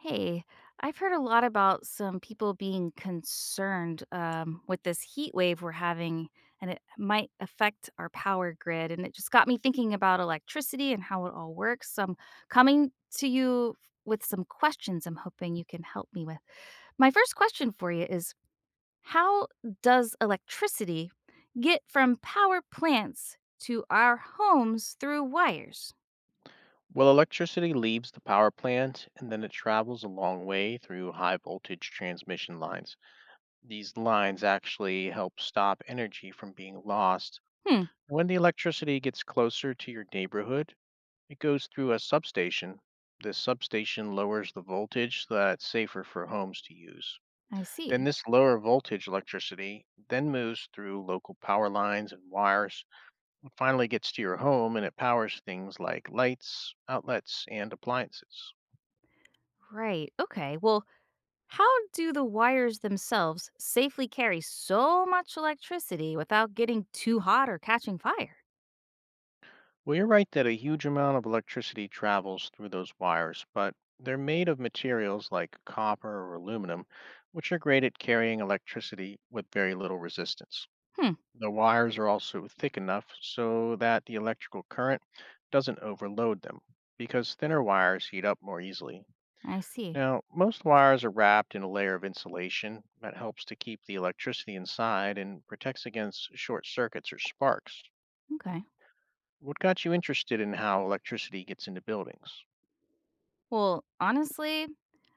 Hey, I've heard a lot about some people being concerned with this heat wave we're having, and it might affect our power grid. And it just got me thinking about electricity and how it all works. So I'm coming to you with some questions I'm hoping you can help me with. My first question for you is, how does electricity get from power plants to our homes through wires? Well, electricity leaves the power plant and then it travels a long way through high voltage transmission lines. These lines actually help stop energy from being lost. Hmm. When the electricity gets closer to your neighborhood, it goes through a substation. This substation lowers the voltage so that it's safer for homes to use. I Then see. this lower voltage electricity then moves through local power lines and wires and finally gets to your home and it powers things like lights, outlets, and appliances. Right. Okay. Well, how do the wires themselves safely carry so much electricity without getting too hot or catching fire? Well, you're right that a huge amount of electricity travels through those wires, but they're made of materials like copper or aluminum, which are great at carrying electricity with very little resistance. Hmm. The wires are also thick enough so that the electrical current doesn't overload them, because thinner wires heat up more easily. I see. Now, most wires are wrapped in a layer of insulation that helps to keep the electricity inside and protects against short circuits or sparks. Okay. What got you interested in how electricity gets into buildings? Well, honestly,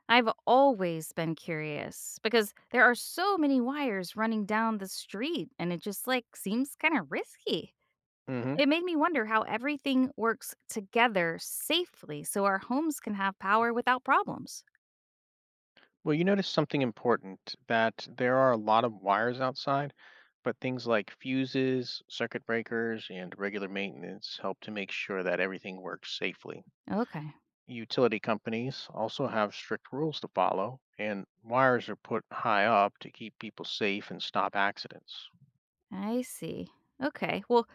I've always been curious because there are so many wires running down the street and it just like seems kind of risky. hmm It made me wonder how everything works together safely so our homes can have power without problems. Well, you noticed something important that there are a lot of wires outside, but things like fuses, circuit breakers, and regular maintenance help to make sure that everything works safely. Okay. Utility companies also have strict rules to follow, and wires are put high up to keep people safe and stop accidents. I see. Okay, well,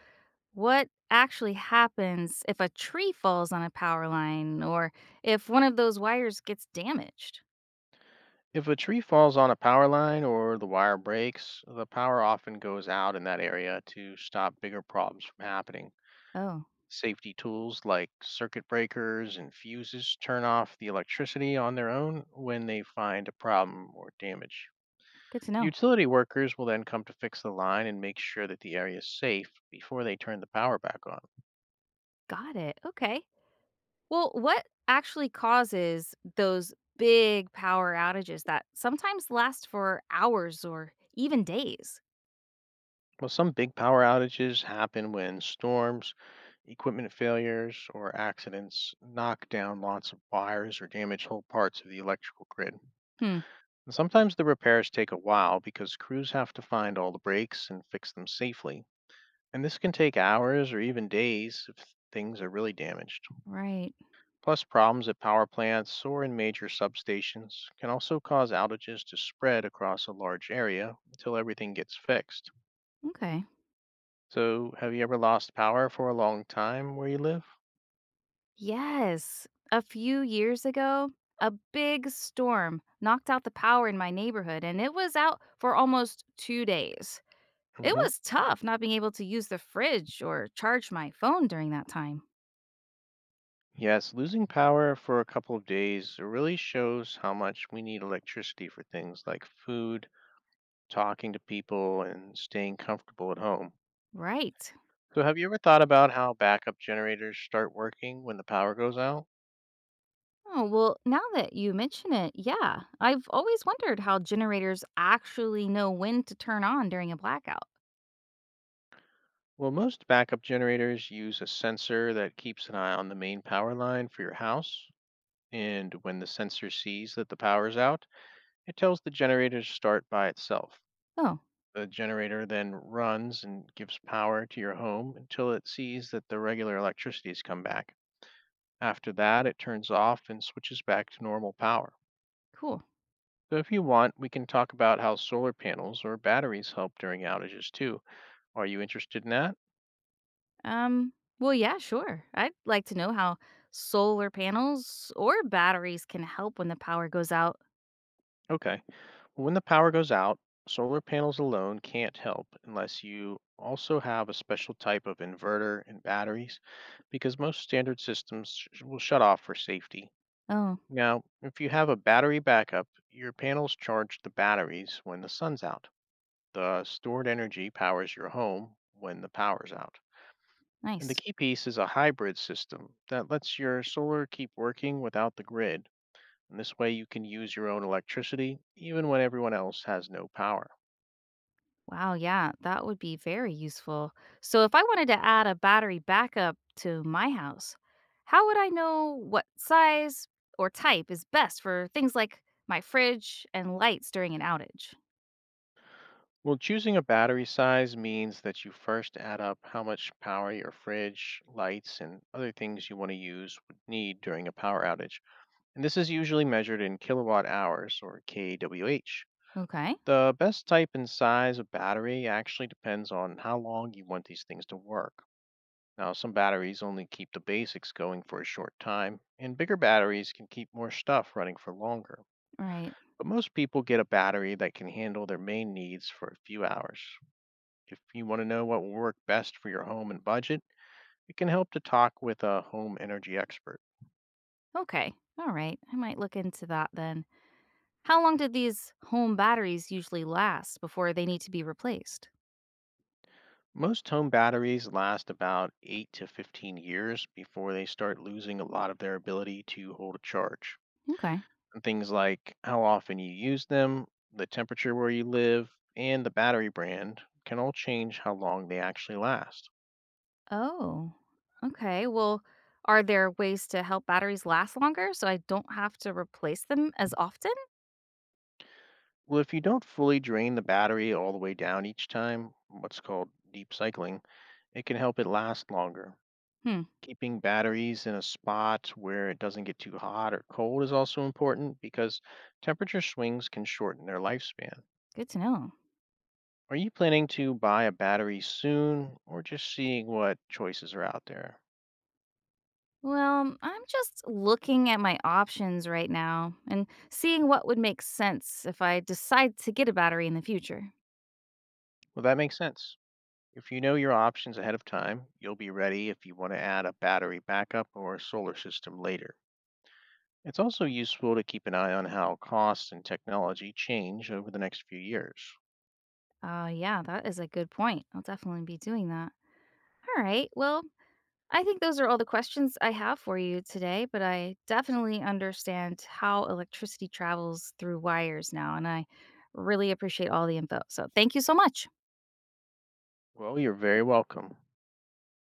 what actually happens if a tree falls on a power line or if one of those wires gets damaged? If a tree falls on a power line or the wire breaks, the power often goes out in that area to stop bigger problems from happening. Oh, Safety tools like circuit breakers and fuses turn off the electricity on their own when they find a problem or damage. good to know. Utility workers will then come to fix the line and make sure that the area is safe before they turn the power back on. Got it. Okay. Well, what actually causes those big power outages that sometimes last for hours or even days? Well, some big power outages happen when storms, equipment failures, or accidents knock down lots of wires or damage whole parts of the electrical grid. Hmm. And sometimes the repairs take a while because crews have to find all the breaks and fix them safely, and this can take hours or even days if things are really damaged. Right. Plus, problems at power plants or in major substations can also cause outages to spread across a large area until everything gets fixed. Okay. So, have you ever lost power for a long time where you live? Yes. A few years ago, a big storm knocked out the power in my neighborhood and it was out for almost 2 days. It hmm was tough not being able to use the fridge or charge my phone during that time. Yes, losing power for a couple of days really shows how much we need electricity for things like food, talking to people, and staying comfortable at home. Right. So, have you ever thought about how backup generators start working when the power goes out? Oh, well, now that you mention it, yeah, I've always wondered how generators actually know when to turn on during a blackout. Well, most backup generators use a sensor that keeps an eye on the main power line for your house. And when the sensor sees that the power is out, it tells the generator to start by itself. Oh, The generator then runs and gives power to your home until it sees that the regular electricity has come back. After that, it turns off and switches back to normal power. cool. So if you want, we can talk about how solar panels or batteries help during outages too. Are you interested in that? Um, well, yeah, sure. I'd like to know how solar panels or batteries can help when the power goes out. Okay. When the power goes out, solar panels alone can't help unless you also have a special type of inverter and batteries because most standard will shut off for safety. Oh, Now, if you have a battery backup, your panels charge the batteries when the sun's out. The stored energy powers your home when the power's out. And the nice. key piece is a hybrid system that lets your solar keep working without the grid. And this way you can use your own electricity even when everyone else has no power. Wow, yeah, that would be very useful. So, if I wanted to add a battery backup to my house, how would I know what size or type is best for things like my fridge and lights during an outage? Well, choosing a battery size means that you first add up how much power your fridge, lights, and other things you want to use would need during a power outage. And this is usually measured in kilowatt hours or kWh. Okay. The best type and size of battery actually depends on how long you want these things to work. Now, some batteries only keep the basics going for a short time, and bigger batteries can keep more stuff running for longer. Right. But most people get a battery that can handle their main needs for a few hours. If you want to know what will work best for your home and budget, it can help to talk with a home energy expert. Okay, all right. I might look into that then. How long do these home batteries usually last before they need to be replaced? Most home batteries last about 8 to 15 years before they start losing a lot of their ability to hold a charge. Okay. And things like how often you use them, the temperature where you live, and the battery brand can all change how long they actually last. Oh, okay. Well, are there ways to help batteries last longer so I don't have to replace them as often? Well, if you don't fully drain the battery all the way down each time, what's called deep cycling, it can help it last longer. Hmm, Keeping batteries in a spot where it doesn't get too hot or cold is also important because temperature swings can shorten their lifespan. good to know. Are you planning to buy a battery soon or just seeing what choices are out there? Well, I'm just looking at my options right now and seeing what would make sense if I decide to get a battery in the future. Well, that makes sense. If you know your options ahead of time, you'll be ready if you want to add a battery backup or a solar system later. It's also useful to keep an eye on how costs and technology change over the next few years. Yeah, that is a good point. I'll definitely be doing that. All right. Well, I think those are all the questions I have for you today, but I definitely understand how electricity travels through wires now, and I really appreciate all the info. So thank you so much. Well, you're very welcome.